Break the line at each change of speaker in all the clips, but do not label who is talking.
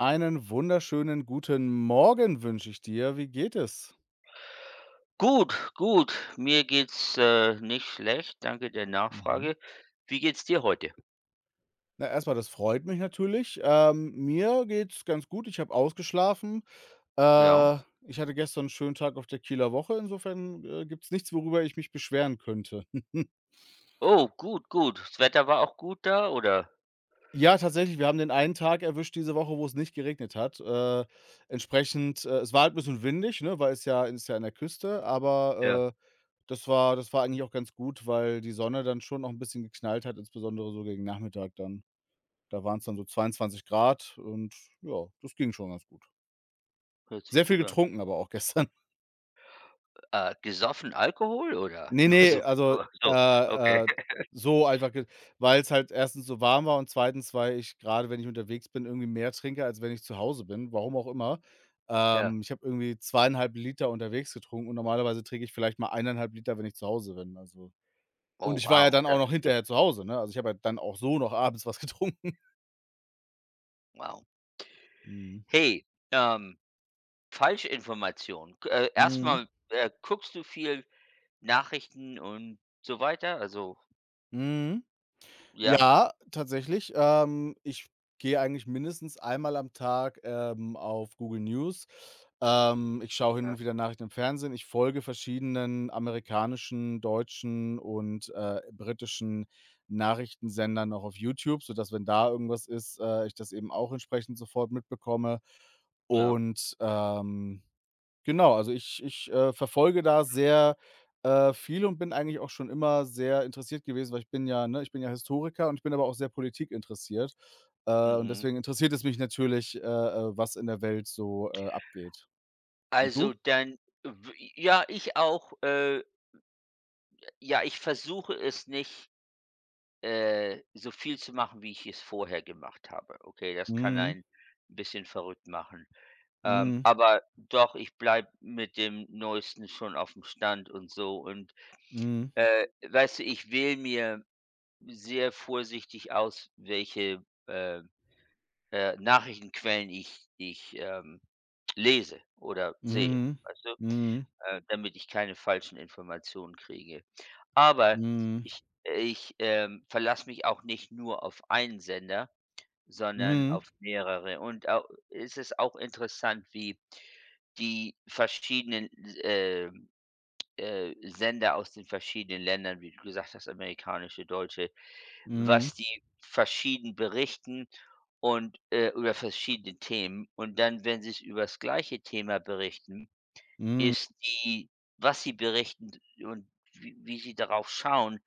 Einen wunderschönen guten Morgen wünsche ich dir. Wie geht es?
Gut, gut. Mir geht's, nicht schlecht. Danke der
Mhm.
Nachfrage. Wie geht's dir heute?
Na, erstmal, das freut mich natürlich. Mir geht's ganz gut. Ich habe ausgeschlafen.
Ja.
Ich hatte gestern einen schönen Tag auf der Kieler Woche. Insofern, gibt's nichts, worüber ich mich beschweren könnte.
Oh, gut, gut. Das Wetter war auch gut da, oder?
Ja, tatsächlich, wir haben den einen Tag erwischt diese Woche, wo es nicht geregnet hat. Entsprechend es war halt ein bisschen windig, ne, weil es ja ist ja an der Küste,
Ja,
aber, das war eigentlich auch ganz gut, weil die Sonne dann schon noch ein bisschen geknallt hat, insbesondere so gegen Nachmittag dann. Da waren es dann so 22 Grad und ja, das ging schon ganz gut.
hört sich
Sehr viel
gut an.
getrunken aber auch gestern.
Gesoffen Alkohol oder
Ne,
nur so
ne, also,
oder so? Okay.
äh, äh, so einfach ge weil's halt erstens so warm war und zweitens, weil ich grade, wenn ich unterwegs bin, irgendwie mehr trinke, als wenn ich zu Hause bin, warum auch immer.
Ja.
Ich habe irgendwie 2,5 Liter unterwegs getrunken und normalerweise trinke ich vielleicht mal 1,5 Liter, wenn ich zu Hause bin, also
Oh,
und ich war ja
wow,
dann auch
das ist
noch
ja
hinterher zu Hause, ne? Also, ich habe ja dann auch so noch abends was getrunken.
wow.
Mhm.
Hey, ähm, Falschinformation. K Erst
Mhm.
guckst du viel Nachrichten und so weiter? Also
Mhm.
ja?
Ja, tatsächlich. Ich gehe eigentlich mindestens einmal am Tag, auf Google News. Ich schaue hin
Ja.
und wieder Nachrichten im Fernsehen. Ich folge verschiedenen amerikanischen, deutschen und, britischen Nachrichtensendern auch auf YouTube, sodass, wenn da irgendwas ist, ich das eben auch entsprechend sofort mitbekomme.
Ja,
Und, ähm Genau, also ich verfolge da sehr, viel und bin eigentlich auch schon immer sehr interessiert gewesen, weil ich bin ja ne, ich bin ja Historiker und ich bin aber auch sehr politikinteressiert. Und
mhm.
deswegen interessiert es mich natürlich, was in der Welt so, abgeht. Und
Also,
du?
dann w ja, ich auch. Ja, ich versuche es nicht, so viel zu machen, wie ich es vorher gemacht habe. Okay, das kann
Mhm.
einen 'n bisschen verrückt machen.
Mhm.
Aber doch, ich bleibe mit dem Neuesten schon auf dem Stand und so und,
Mhm.
weißt du, ich wähle mir sehr vorsichtig aus, welche, Nachrichtenquellen ich, lese oder sehe,
Mhm.
weißt du?
Mhm.
Damit ich keine falschen Informationen kriege. Aber
Mhm.
ich, verlasse mich auch nicht nur auf einen Sender, sondern
Mhm.
auf mehrere. Und au es ist auch interessant, wie die verschiedenen, äh, Sender aus den verschiedenen Ländern, wie du gesagt hast, amerikanische, deutsche,
Mhm.
was die verschieden berichten und, äh, über verschiedene Themen. Und dann, wenn sie es über das gleiche Thema berichten,
Mhm.
ist die was sie berichten und wie sie darauf schauen,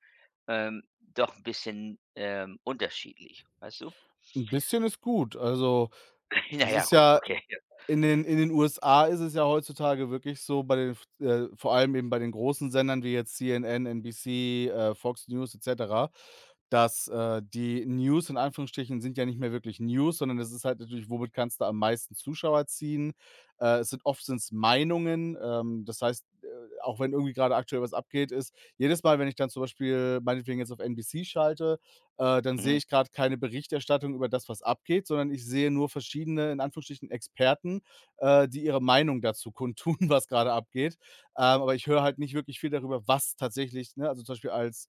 doch ein bisschen, unterschiedlich, weißt du?
Ein bisschen ist gut. Also,
Na
das
ja,
ist
gut,
ja.
okay. Ja.
In den USA ist es ja heutzutage wirklich so bei den f vor allem eben bei den großen Sendern wie jetzt CNN, NBC, Fox News et cetera, dass, die News in Anführungsstrichen sind ja nicht mehr wirklich News, sondern es ist halt natürlich, womit kannst du am meisten Zuschauer ziehen? Es sind oft sind's Meinungen, das heißt, auch wenn irgendwie gerade aktuell was abgeht, ist jedes Mal, wenn ich dann zum Beispiel meinetwegen jetzt auf NBC schalte dann sehe
Mhm,
ich gerade keine Berichterstattung über das, was abgeht, sondern ich sehe nur verschiedene, in Anführungsstrichen, Experten, die ihre Meinung dazu kundtun, was gerade abgeht. Aber ich höre halt nicht wirklich viel darüber, was tatsächlich ne, also zum Beispiel als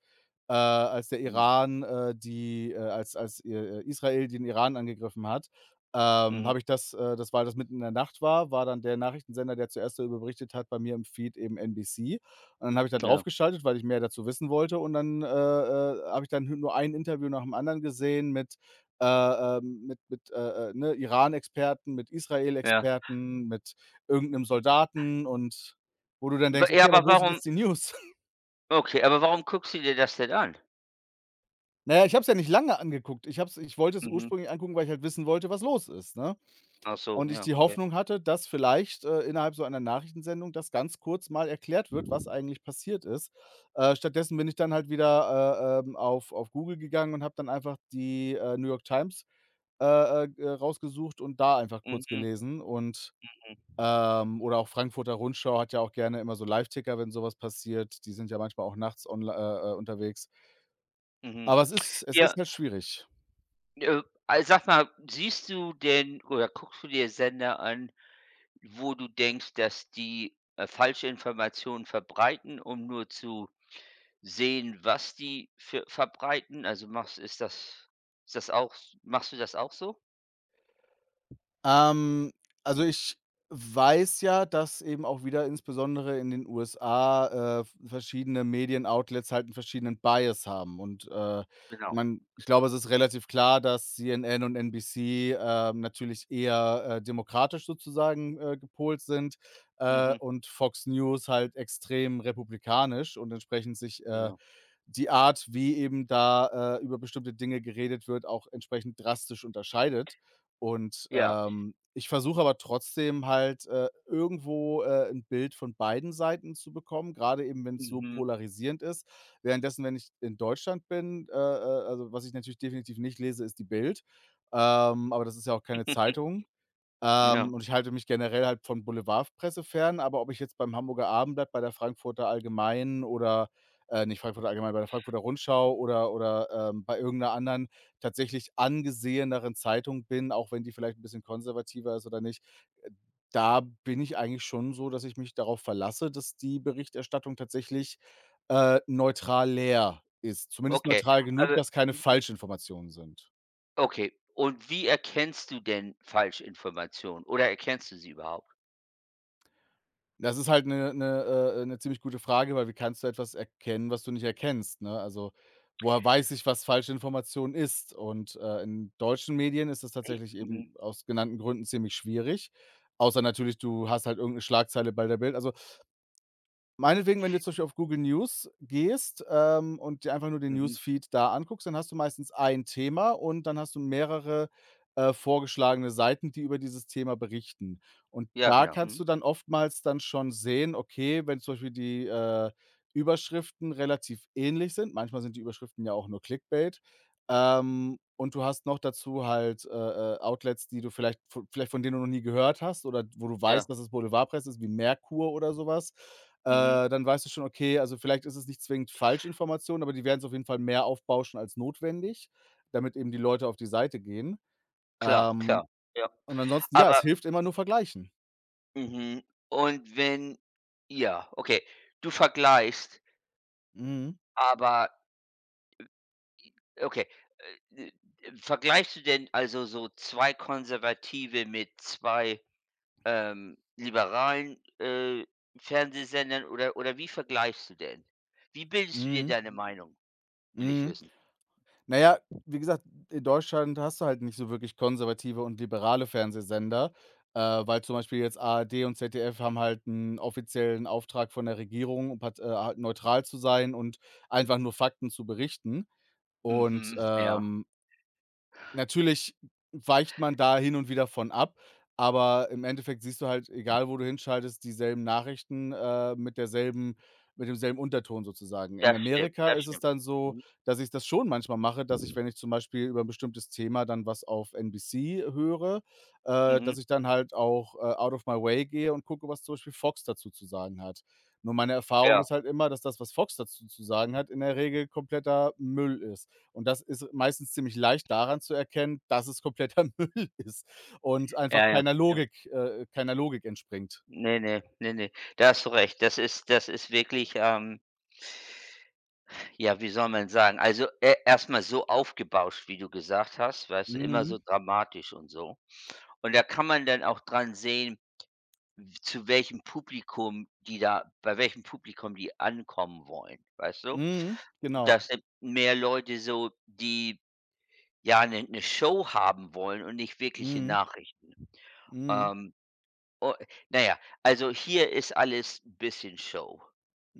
als der
mhm,
Iran, die als Israel den Iran angegriffen hat,
mhm,
habe ich das das war das mitten in der Nacht war dann der Nachrichtensender, der zuerst darüber berichtet hat, bei mir im Feed eben NBC. Und dann habe ich da
ja,
draufgeschaltet, weil ich mehr dazu wissen wollte und dann, habe ich dann nur ein Interview nach dem anderen gesehen mit, äh, mit, ne, Iran-Experten, mit
ja.
Israel-Experten, mit irgendeinem Soldaten und wo du dann
W
denkst:
Ja,
„Okay,
aber
aber wo sind
warum
jetzt die News?"
okay, aber warum guckst du dir das denn an?
Na ja, ich habe es ja nicht lange angeguckt. Ich wollte es
Mhm.
ursprünglich angucken, weil ich halt wissen wollte, was los ist, ne?
Ach so,
Und ich
ja,
die
okay.
Hoffnung hatte, dass vielleicht, innerhalb so einer Nachrichtensendung das ganz kurz mal erklärt wird, was eigentlich passiert ist. Stattdessen bin ich dann halt wieder, auf Google gegangen und habe dann einfach die, New York Times, g rausgesucht und da einfach kurz
Mhm,
gelesen und, oder auch Frankfurter Rundschau hat ja auch gerne immer so Live-Ticker, wenn sowas passiert. Die sind ja manchmal auch nachts onl unterwegs.
mhm.
Aber es ist
Ja,
halt schwierig.
al sag mal, siehst du denn oder guckst du dir Sender an, wo du denkst, dass die, falsche Informationen verbreiten, um nur zu sehen, was die für verbreiten? Also, machst ist das auch machst du das auch so?
Ähm, also, ich weiß ja, dass eben auch wieder insbesondere in den USA, verschiedene Medienoutlets halt einen verschiedenen Bias haben und,
Genau.
man ich glaube, es ist relativ klar, dass CNN und NBC, natürlich eher, demokratisch sozusagen, gepolt sind,
Mhm.
und Fox News halt extrem republikanisch und entsprechend sich,
Genau.
die Art, wie eben da, über bestimmte Dinge geredet wird, auch entsprechend drastisch unterscheidet. Und,
Ja.
ich versuche aber trotzdem halt, irgendwo, 'n Bild von beiden Seiten zu bekommen, gerade eben, wenn es so
Mhm.
polarisierend ist. Währenddessen, wenn ich in Deutschland bin, also, was ich natürlich definitiv nicht lese, ist die Bild. Aber das ist ja auch keine Zeitung.
Ja.
Und ich halte mich generell halt von Boulevardpresse fern, aber ob ich jetzt beim Hamburger Abendblatt, bei der Frankfurter Allgemeinen oder nicht Frankfurter Allgemeinen, bei der Frankfurter Rundschau oder, bei irgendeiner anderen tatsächlich angeseheneren Zeitung bin, auch wenn die vielleicht ein bisschen konservativer ist oder nicht, äh, da bin ich eigentlich schon so, dass ich mich darauf verlasse, dass die Berichterstattung tatsächlich, neutral leer ist. Zumindest
Okay.
neutral genug,
Also
dass keine Falschinformationen sind.
okay. Und wie erkennst du denn Falschinformationen oder erkennst du sie überhaupt?
Das ist halt eine 'ne ziemlich gute Frage, weil wie kannst du etwas erkennen, was du nicht erkennst, ne? Also, woher weiß ich, was falsche Information ist? Und, in deutschen Medien ist das
Wie?
tatsächlich
Mhm.
eben aus genannten Gründen ziemlich schwierig, außer natürlich, du hast halt irgendeine Schlagzeile bei der Bild. Also, meinetwegen, wenn du jetzt zum Beispiel auf Google News gehst, und dir einfach nur den
Mhm.
Newsfeed da anguckst, dann hast du meistens ein Thema und dann hast du mehrere, vorgeschlagene Seiten, die über dieses Thema berichten. Und
Ja,
da
genau.
kannst
Mhm.
du dann oftmals dann schon sehen, okay, wenn zum Beispiel die, Überschriften relativ ähnlich sind manchmal sind die Überschriften ja auch nur Clickbait und du hast noch dazu halt, Outlets, die du vielleicht v vielleicht von denen du noch nie gehört hast oder wo du weißt,
Ja.
dass es Boulevardpresse ist, wie Merkur oder sowas.
Mhm.
Dann weißt du schon, okay, also vielleicht ist es nicht zwingend Falschinformation, aber die werden es auf jeden Fall mehr aufbauschen als notwendig, damit eben die Leute auf die Seite gehen.
Klar, klar.
Ähm,
Ja.
und ansonsten, ja, es
Aber
hilft immer nur vergleichen.
mhm. Und wenn Ja, okay. Du vergleichst,
Mhm.
aber okay. Äh, Vergleichst du denn also so 2 Konservative mit 2 liberalen, Fernsehsendern oder wie vergleichst du denn? Wie bildest du dir
Mhm.
deine Meinung, will ich
Mhm.
wissen?
Na ja, wie gesagt, in Deutschland hast du halt nicht so wirklich konservative und liberale Fernsehsender, weil zum Beispiel jetzt ARD und ZDF haben halt einen offiziellen Auftrag von der Regierung, um part halt neutral zu sein und einfach nur Fakten zu berichten. Und,
Mhm, ja,
ähm Natürlich weicht man da hin und wieder von ab, aber im Endeffekt siehst du halt, egal wo du hinschaltest, dieselben Nachrichten, mit demselben Unterton sozusagen. In
das stimmt,
Amerika
das
ist es
stimmt.
dann so,
Mhm,
dass ich das schon manchmal mache, dass ich, wenn ich zum Beispiel über 'n bestimmtes Thema dann was auf NBC höre,
mhm,
dass ich dann halt auch, out of my way gehe und gucke, was zum Beispiel Fox dazu zu sagen hat. Nur meine Erfahrung
ja,
ist halt immer, dass das, was Fox dazu zu sagen hat, in der Regel kompletter Müll ist. Und das ist meistens ziemlich leicht daran zu erkennen, dass es kompletter Müll ist und einfach
ja, ja, ja.
Keiner Logik entspringt.
Ne, ne, ne, ne. Da hast du recht. Das ist wirklich, ja, wie soll man sagen, also, e erst so aufgebauscht, wie du gesagt hast, weißt du, immer
Mhm.
so dramatisch und so. Und da kann man dann auch dran sehen zu welchem Publikum die da bei welchem Publikum die ankommen wollen, weißt du?
Mhm. Genau.
Das sind mehr Leute so, die, ja, eine 'ne Show haben wollen und nicht wirkliche
Mhm.
Nachrichten.
Mhm.
Ähm, o Na ja, also hier ist alles ein bisschen Show.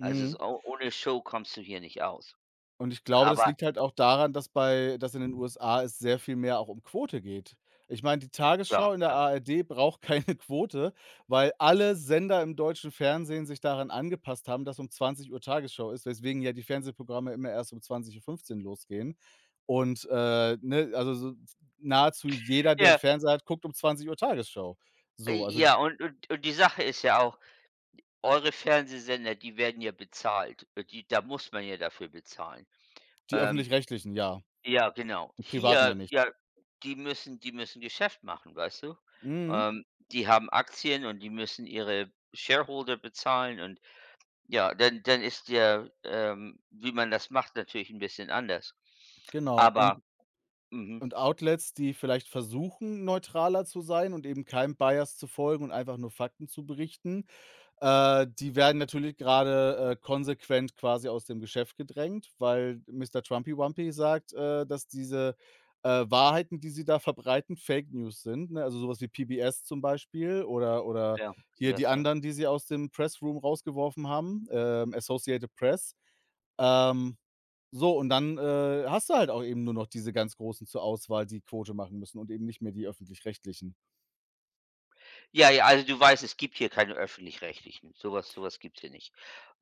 Also so o Ohne Show kommst du hier nicht aus.
Und ich glaube, das
Aber
liegt halt auch daran, dass bei dass in den USA es sehr viel mehr auch um Quote geht. Ich meine, die
ja,
Tagesschau in der
ja.
ARD braucht keine Quote, weil alle Sender im deutschen Fernsehen sich daran angepasst haben, dass um 20 Uhr Tagesschau ist, weswegen ja die Fernsehprogramme immer erst um 20:15 losgehen. Und, ne, also so nahezu jeder, der 'n
Ja,
Fernseher hat, guckt um 20 Uhr Tagesschau. So, also
ja, und und die Sache ist ja auch, eure Fernsehsender, die werden ja bezahlt. Die Da muss man ja dafür bezahlen.
die
Ähm,
Öffentlich-Rechtlichen, ja,
ja, genau.
die Privaten ja
Hier,
nicht.
ja, die müssen Geschäft machen, weißt du?
Mhm,
Ähm, die haben Aktien und die müssen ihre Shareholder bezahlen und ja, dann ist der, wie man das macht, natürlich ein bisschen anders.
genau und
Aber mhm,
Und Outlets, die vielleicht versuchen, neutraler zu sein und eben keinem Bias zu folgen und einfach nur Fakten zu berichten, die werden natürlich gerade konsequent quasi aus dem Geschäft gedrängt, weil Mister Trumpy-Wumpy sagt, dass diese, Wahrheiten, die sie da verbreiten, Fake News sind, ne? Also, so was wie PBS zum Beispiel oder
ja,
hier die
yes, ja.
anderen, die sie aus dem Pressroom rausgeworfen haben, Associated Press. Ähm so, und dann, hast du halt auch eben nur noch diese ganz Großen zur Auswahl, die Quote machen müssen und eben nicht mehr die Öffentlich-Rechtlichen.
Ja, ja, also du weißt, es gibt hier keine Öffentlich-Rechtlichen. Sowas, sowas so was gibt's hier nicht.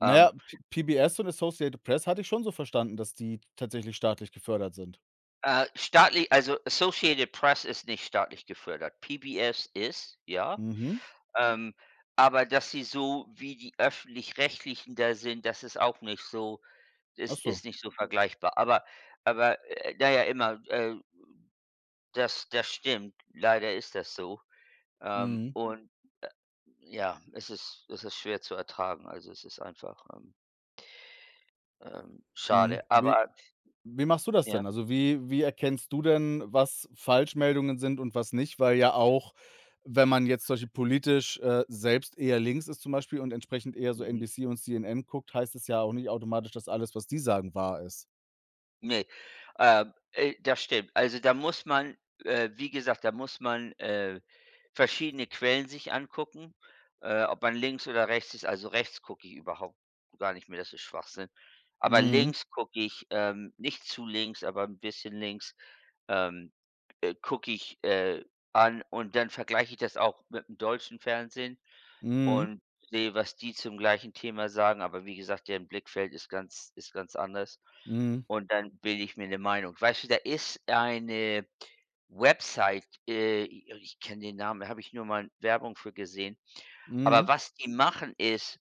Na
Ähm,
ja, P PBS und Associated Press hatte ich schon so verstanden, dass die tatsächlich staatlich gefördert sind.
staatlich also Associated Press ist nicht staatlich gefördert. PBS ist, ja.
Mhm.
Ähm, aber dass sie so wie die Öffentlich-Rechtlichen da sind, das ist auch nicht so
Ach
ist ist
so.
nicht so vergleichbar. Aber, na ja, immer, das das stimmt. Leider ist das so.
Mhm,
Und ja, es ist schwer zu ertragen. Also, es ist einfach,
mhm.
schade.
Wie
Aber
wie machst du das
ja,
denn? Also, wie erkennst du denn, was Falschmeldungen sind und was nicht? Weil ja auch, wenn man jetzt zum politisch, selbst eher links ist zum Beispiel und entsprechend eher so
mhm.
NBC und CNN guckt, heißt es ja auch nicht automatisch, dass alles, was die sagen, wahr ist.
Ne, das stimmt. Also, da muss man wie gesagt, da muss man, verschiedene Quellen sich angucken, ob man links oder rechts ist. Also, rechts gucke ich überhaupt gar nicht mehr, das ist Schwachsinn. Aber
Mhm.
links gucke ich, ähm, nicht zu links, aber ein bisschen links, ähm, gucke ich, an und dann vergleiche ich das auch mit dem deutschen Fernsehen.
Mhm,
Und sehe, was die zum gleichen Thema sagen, aber wie gesagt, deren Blickfeld ist ganz anders.
mhm,
Und dann bilde ich mir eine Meinung. Weißt du, da ist eine Website, i oh, ich kenne den Namen, da habe ich nur mal Werbung für gesehen. Aber
mhm,
was die machen, ist,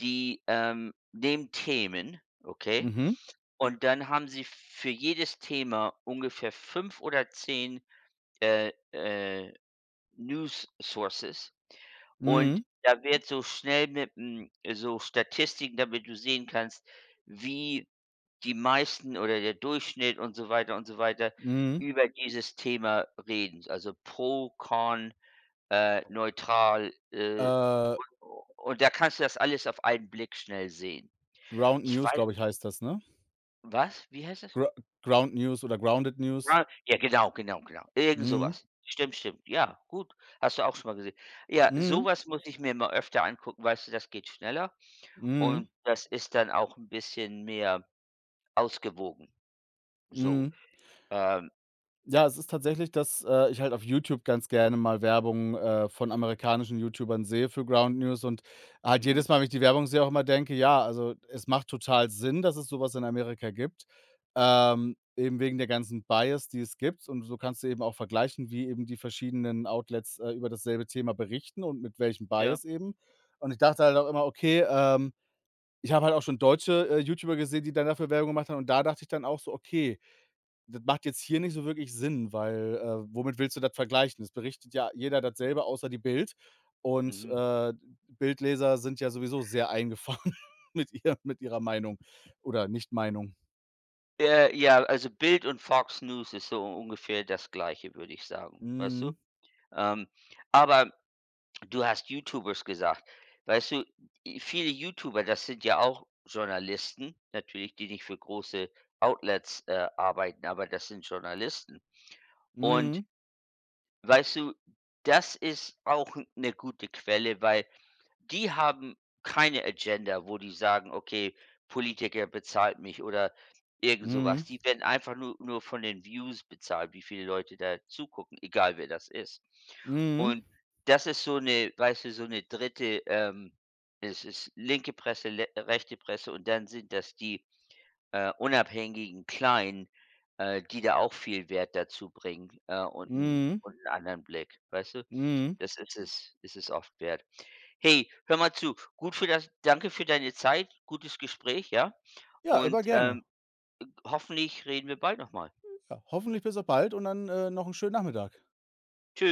die, nehmen Themen, okay,
mhm,
und dann haben sie für jedes Thema ungefähr 5 oder 10 äh, äh, News Sources. Und
mhm,
da wird so schnell mit 'm so Statistiken, damit du sehen kannst, wie die meisten oder der Durchschnitt und so weiter
mhm.
über dieses Thema reden. Also pro, con, neutral,
Äh,
und da kannst du das alles auf einen Blick schnell sehen.
Ground
Ich
News,
weiß
glaube ich, heißt das, ne?
was? Wie heißt das?
Gr Ground News oder Grounded News.
Ja, ja, genau, genau, genau. Irgend
Mhm,
sowas. Stimmt, stimmt. Ja, gut. Hast du auch schon mal gesehen. Ja,
mhm,
sowas muss ich mir mal öfter angucken, weißt du, das geht schneller.
mhm,
Und das ist dann auch ein bisschen mehr ausgewogen, so.
mhm.
Ähm,
Ja, es ist tatsächlich, dass, ich halt auf YouTube ganz gerne mal Werbung, von amerikanischen YouTubern sehe für Ground News und halt
mhm,
jedes Mal, wenn ich die Werbung sehe, auch immer denke: „Ja, also, es macht total Sinn, dass es sowas in Amerika gibt", eben wegen der ganzen Bias, die es gibt. Und so kannst du eben auch vergleichen, wie eben die verschiedenen Outlets, über dasselbe Thema berichten und mit welchem
ja,
Bias eben. Und ich dachte halt auch immer: „Okay, ich habe halt auch schon deutsche, YouTuber gesehen, die dann dafür Werbung gemacht haben und da dachte ich dann auch so: „Okay, das macht jetzt hier nicht so wirklich Sinn, weil, womit willst du das vergleichen? Es berichtet ja jeder dasselbe, außer die Bild. Und,
mhm.
Bildleser sind ja sowieso sehr eingefahren mit ihrer Meinung oder Nicht-Meinung.
Ja, also Bild und Fox News ist so ungefähr das Gleiche, würde ich sagen, weißt du?
Mhm.
Ähm, aber du hast YouTubers gesagt. Weißt du, i viele YouTuber, das sind ja auch Journalisten, natürlich, die nicht für große Outlets, arbeiten, aber das sind Journalisten. Und
Mhm.
weißt du, das ist auch eine gute Quelle, weil die haben keine Agenda, wo die sagen: „Okay, Politiker bezahlt mich“ oder irgend so
Mhm.
was. Die werden einfach nur von den Views bezahlt, wie viele Leute da zugucken, egal wer das ist.
Mhm.
Und das ist so eine, weißt du, so eine dritte, ähm, es ist linke Presse, le rechte Presse und dann sind das die, unabhängigen Kleinen, die da auch viel Wert dazu bringen, und einen
Mhm.
und 'n anderen Blick, weißt du?
Mhm.
Das ist es oft wert. Hey, hör mal zu. Gut für das danke für deine Zeit, gutes Gespräch, ja?
Ja, über
Und,
gerne.
hoffentlich reden wir bald noch mal.
Ja, hoffentlich bis auf bald und dann, noch einen schönen Nachmittag.
Tschüss.